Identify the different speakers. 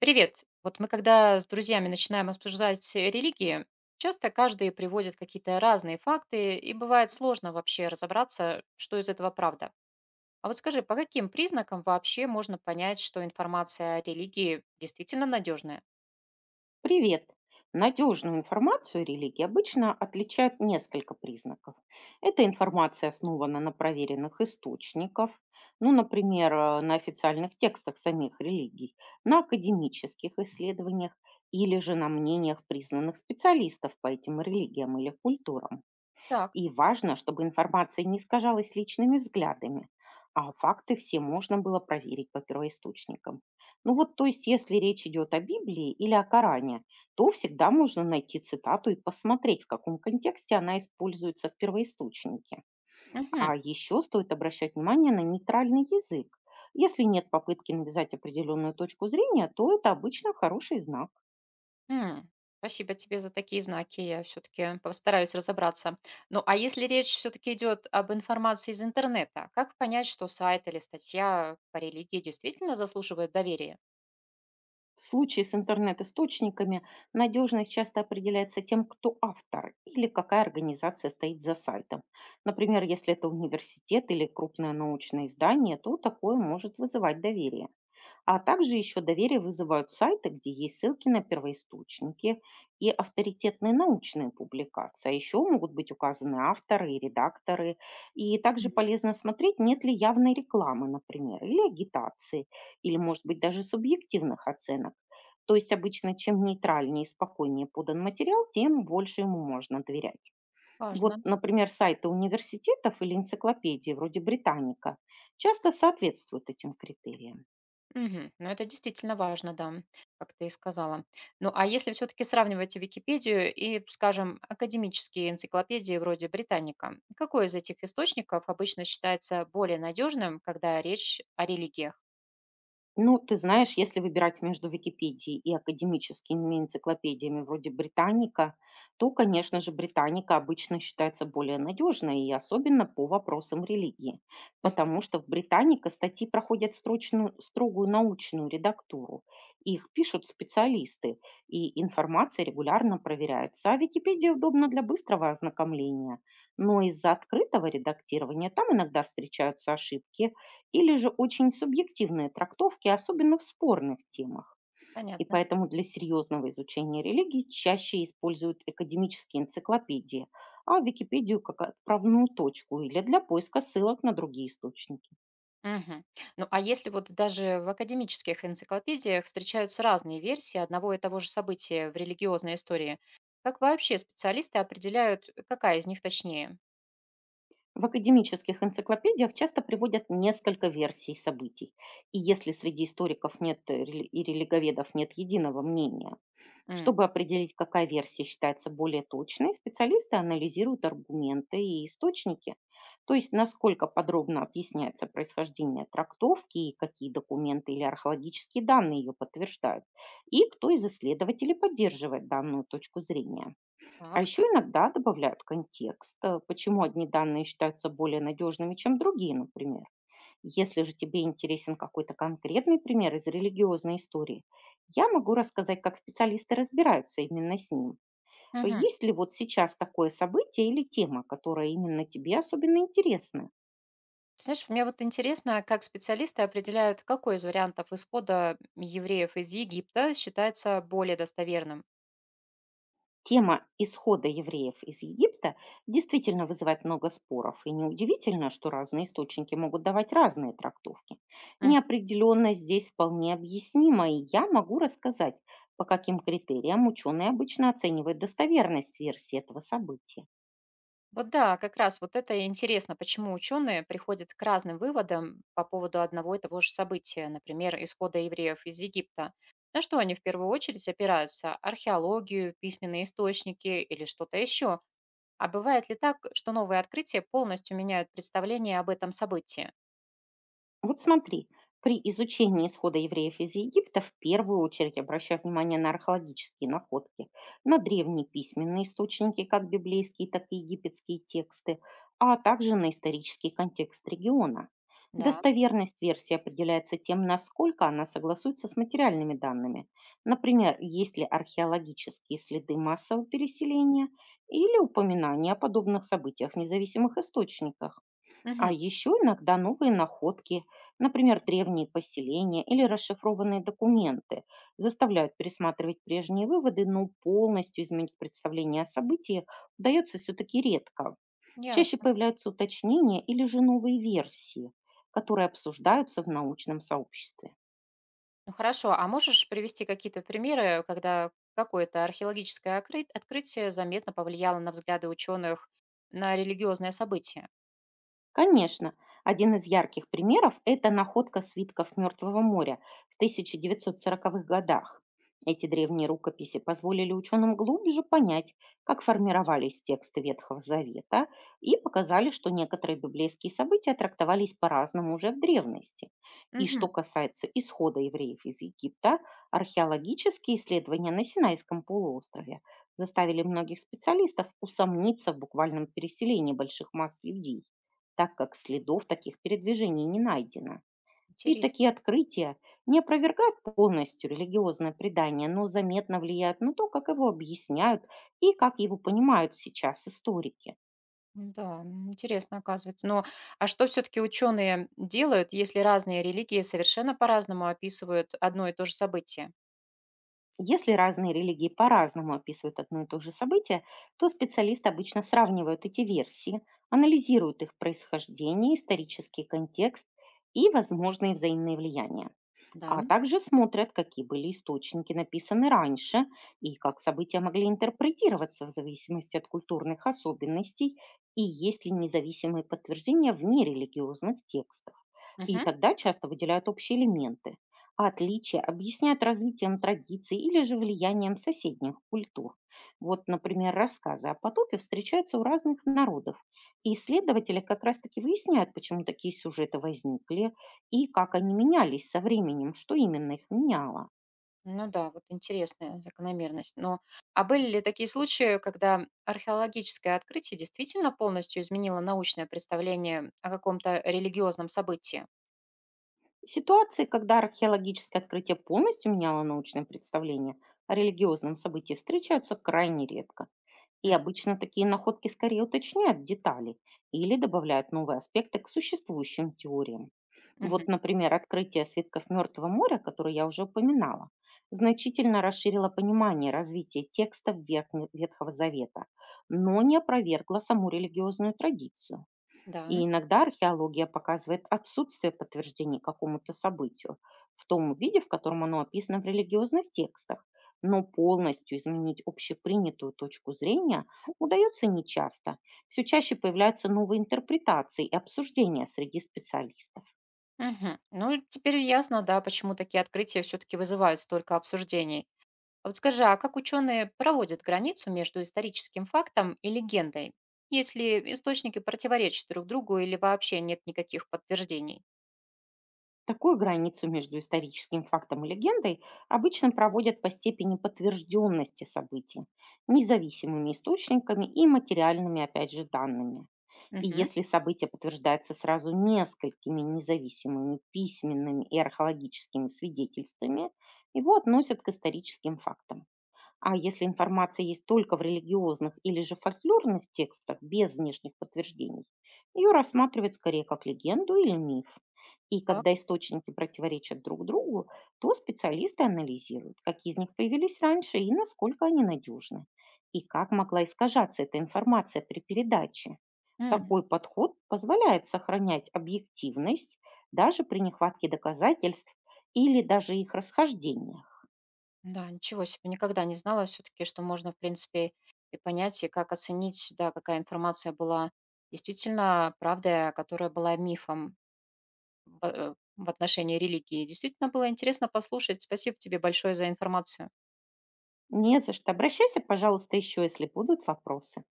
Speaker 1: Привет. Вот мы когда с друзьями начинаем обсуждать религии, часто каждый приводит какие-то разные факты, и бывает сложно вообще разобраться, что из этого правда. А вот скажи, по каким признакам вообще можно понять, что информация о религии действительно надежная?
Speaker 2: Привет! Надежную информацию о религии обычно отличают несколько признаков. Эта информация основана на проверенных источниках, ну, например, на официальных текстах самих религий, на академических исследованиях или же на мнениях признанных специалистов по этим религиям или культурам.
Speaker 1: Так.
Speaker 2: И важно, чтобы информация не искажалась личными взглядами, а факты все можно было проверить по первоисточникам. Ну вот, то есть, если речь идет о Библии или о Коране, то всегда можно найти цитату и посмотреть, в каком контексте она используется в первоисточнике.
Speaker 1: Мгм.
Speaker 2: А еще стоит обращать внимание на нейтральный язык. Если нет попытки навязать определенную точку зрения, то это обычно хороший знак.
Speaker 1: М. Спасибо тебе за такие знаки, я все-таки постараюсь разобраться. Ну а если речь все-таки идет об информации из интернета, как понять, что сайт или статья по религии действительно заслуживает доверия?
Speaker 2: В случае с интернет-источниками надежность часто определяется тем, кто автор или какая организация стоит за сайтом. Например, если это университет или крупное научное издание, то такое может вызывать доверие. А также еще доверие вызывают сайты, где есть ссылки на первоисточники и авторитетные научные публикации. А еще могут быть указаны авторы и редакторы. И также
Speaker 1: Мгм.
Speaker 2: полезно смотреть, нет ли явной рекламы, например, или агитации, или, может быть, даже субъективных оценок, то есть обычно чем нейтральнее и спокойнее подан материал, тем больше ему можно доверять. Вот,
Speaker 1: Важно.
Speaker 2: например, сайты университетов или энциклопедии вроде «Британика» часто соответствуют этим критериям.
Speaker 1: Мгм. Ну, это действительно важно, да, как ты и сказала. Ну, а если все-таки сравнивать Википедию и, скажем, академические энциклопедии вроде Британика, какой из этих источников обычно считается более надежным, когда речь о религиях?
Speaker 2: Ну, ты знаешь, если выбирать между Википедией и академическими энциклопедиями вроде «Британика», то, конечно же, «Британика» обычно считается более надежной, и особенно по вопросам религии,
Speaker 1: Мгм.
Speaker 2: потому что в «Британика» статьи проходят строгую научную редактуру, их пишут специалисты, и информация регулярно проверяется, а Википедия удобна для быстрого ознакомления. Но из-за открытого редактирования там иногда встречаются ошибки, или же очень субъективные трактовки, особенно в спорных темах. И
Speaker 1: Понятно.
Speaker 2: поэтому для серьезного изучения религии чаще используют академические энциклопедии, а Википедию как отправную точку или для поиска ссылок на другие источники.
Speaker 1: Мгм. Ну, а если вот даже в академических энциклопедиях встречаются разные версии одного и того же события в религиозной истории, как вообще специалисты определяют, какая из них точнее?
Speaker 2: В академических энциклопедиях часто приводят несколько версий событий. И если среди историков нет и религоведов нет единого мнения,
Speaker 1: М.
Speaker 2: чтобы определить, какая версия считается более точной, специалисты анализируют аргументы и источники, то есть насколько подробно объясняется происхождение трактовки и какие документы или археологические данные ее подтверждают, и кто из исследователей поддерживает данную точку зрения. А
Speaker 1: Так.
Speaker 2: еще иногда добавляют контекст, почему одни данные считаются более надежными, чем другие, например. Если же тебе интересен какой-то конкретный пример из религиозной истории, я могу рассказать, как специалисты разбираются именно с ним. Есть ли вот сейчас такое событие или тема, которая именно тебе особенно интересна?
Speaker 1: Знаешь, мне вот интересно, как специалисты определяют, какой из вариантов исхода евреев из Египта считается более достоверным.
Speaker 2: Тема исхода евреев из Египта действительно вызывает много споров, и неудивительно, что разные источники могут давать разные трактовки.
Speaker 1: М.
Speaker 2: Неопределенность здесь вполне объяснима, и я могу рассказать, по каким критериям ученые обычно оценивают достоверность версии этого события.
Speaker 1: Вот да, как раз вот это и интересно, почему ученые приходят к разным выводам по поводу одного и того же события, например, исхода евреев из Египта. На что они в первую очередь опираются? Археологию, письменные источники или что-то еще? А бывает ли так, что новые открытия полностью меняют представление об этом событии?
Speaker 2: Вот смотри, при изучении исхода евреев из Египта в первую очередь обращаю внимание на археологические находки, на древние письменные источники, как библейские, так и египетские тексты, а также на исторический контекст региона.
Speaker 1: Да.
Speaker 2: Достоверность версии определяется тем, насколько она согласуется с материальными данными. Например, есть ли археологические следы массового переселения или упоминания о подобных событиях в независимых источниках. А
Speaker 1: Мгм.
Speaker 2: еще иногда новые находки, например, древние поселения или расшифрованные документы, заставляют пересматривать прежние выводы, но полностью изменить представление о событии удается все-таки редко. Чаще
Speaker 1: Ясно.
Speaker 2: появляются уточнения или же новые версии, которые обсуждаются в научном сообществе.
Speaker 1: Ну хорошо, а можешь привести какие-то примеры, когда какое-то археологическое открытие заметно повлияло на взгляды ученых на религиозное событие?
Speaker 2: Конечно, один из ярких примеров– это находка свитков Мертвого моря в 1940-х годах. Эти древние рукописи позволили ученым глубже понять, как формировались тексты Ветхого Завета, и показали, что некоторые библейские события трактовались по-разному уже в древности. И что
Speaker 1: Мгм.
Speaker 2: касается исхода евреев из Египта, археологические исследования на Синайском полуострове заставили многих специалистов усомниться в буквальном переселении больших масс людей, так как следов таких передвижений не найдено. И такие
Speaker 1: Интересно.
Speaker 2: открытия не опровергают полностью религиозное предание, но заметно влияют на то, как его объясняют и как его понимают сейчас историки.
Speaker 1: Да, м, интересно оказывается. Но а что все-таки ученые делают, если разные религии совершенно по-разному описывают одно и то же событие?
Speaker 2: Если разные религии по-разному описывают одно и то же событие, то специалисты обычно сравнивают эти версии, анализируют их происхождение, исторический контекст и возможные взаимные влияния.
Speaker 1: Да.
Speaker 2: А также смотрят, какие были источники написаны раньше и как события могли интерпретироваться в зависимости от культурных особенностей, и есть ли независимые подтверждения вне религиозных текстов. И
Speaker 1: Мгм.
Speaker 2: тогда часто выделяют общие элементы. А отличия объясняют развитием традиций или же влиянием соседних культур. Вот, например, рассказы о потопе встречаются у разных народов. И исследователи как раз-таки выясняют, почему такие сюжеты возникли, и как они менялись со временем, что именно их меняло.
Speaker 1: Ну да, вот интересная закономерность. Но а были ли такие случаи, когда археологическое открытие действительно полностью изменило научное представление о каком-то религиозном событии?
Speaker 2: Ситуации, когда археологическое открытие полностью меняло научное представление о религиозном событии, встречаются крайне редко. И
Speaker 1: М.
Speaker 2: обычно такие находки скорее уточняют детали или добавляют новые аспекты к существующим теориям. Вот,
Speaker 1: Мгм.
Speaker 2: например, открытие свитков Мертвого моря, которое я уже упоминала, значительно расширило понимание развития текстов Ветхого Завета, но не опровергло саму религиозную традицию. И
Speaker 1: Да.
Speaker 2: иногда археология показывает отсутствие подтверждений какому-то событию в том виде, в котором оно описано в религиозных текстах. Но полностью изменить общепринятую точку зрения удается нечасто. Все чаще появляются новые интерпретации и обсуждения среди специалистов.
Speaker 1: Мгм. Ну, теперь ясно, да, почему такие открытия все-таки вызывают столько обсуждений. А вот скажи, а как ученые проводят границу между историческим фактом и легендой, если источники противоречат друг другу или вообще нет никаких подтверждений?
Speaker 2: Такую границу между историческим фактом и легендой обычно проводят по степени подтвержденности событий, независимыми источниками и материальными, опять же, данными. И
Speaker 1: Мгм.
Speaker 2: если событие подтверждается сразу несколькими независимыми письменными и археологическими свидетельствами, его относят к историческим фактам. А если информация есть только в религиозных или же фольклорных текстах без внешних подтверждений, ее рассматривают скорее как легенду или миф. И
Speaker 1: Так.
Speaker 2: когда источники противоречат друг другу, то специалисты анализируют, какие из них появились раньше и насколько они надежны, и как могла искажаться эта информация при передаче. Такой подход позволяет сохранять объективность даже при нехватке доказательств или даже их расхождениях.
Speaker 1: Да, ничего себе, никогда не знала все-таки, что можно, в принципе, и понять, и как оценить, да, какая информация была действительно правдой, а которая была мифом в, в отношении религии. Действительно было интересно послушать. Спасибо тебе большое за информацию.
Speaker 2: Не за что. Обращайся, пожалуйста, еще, если будут вопросы.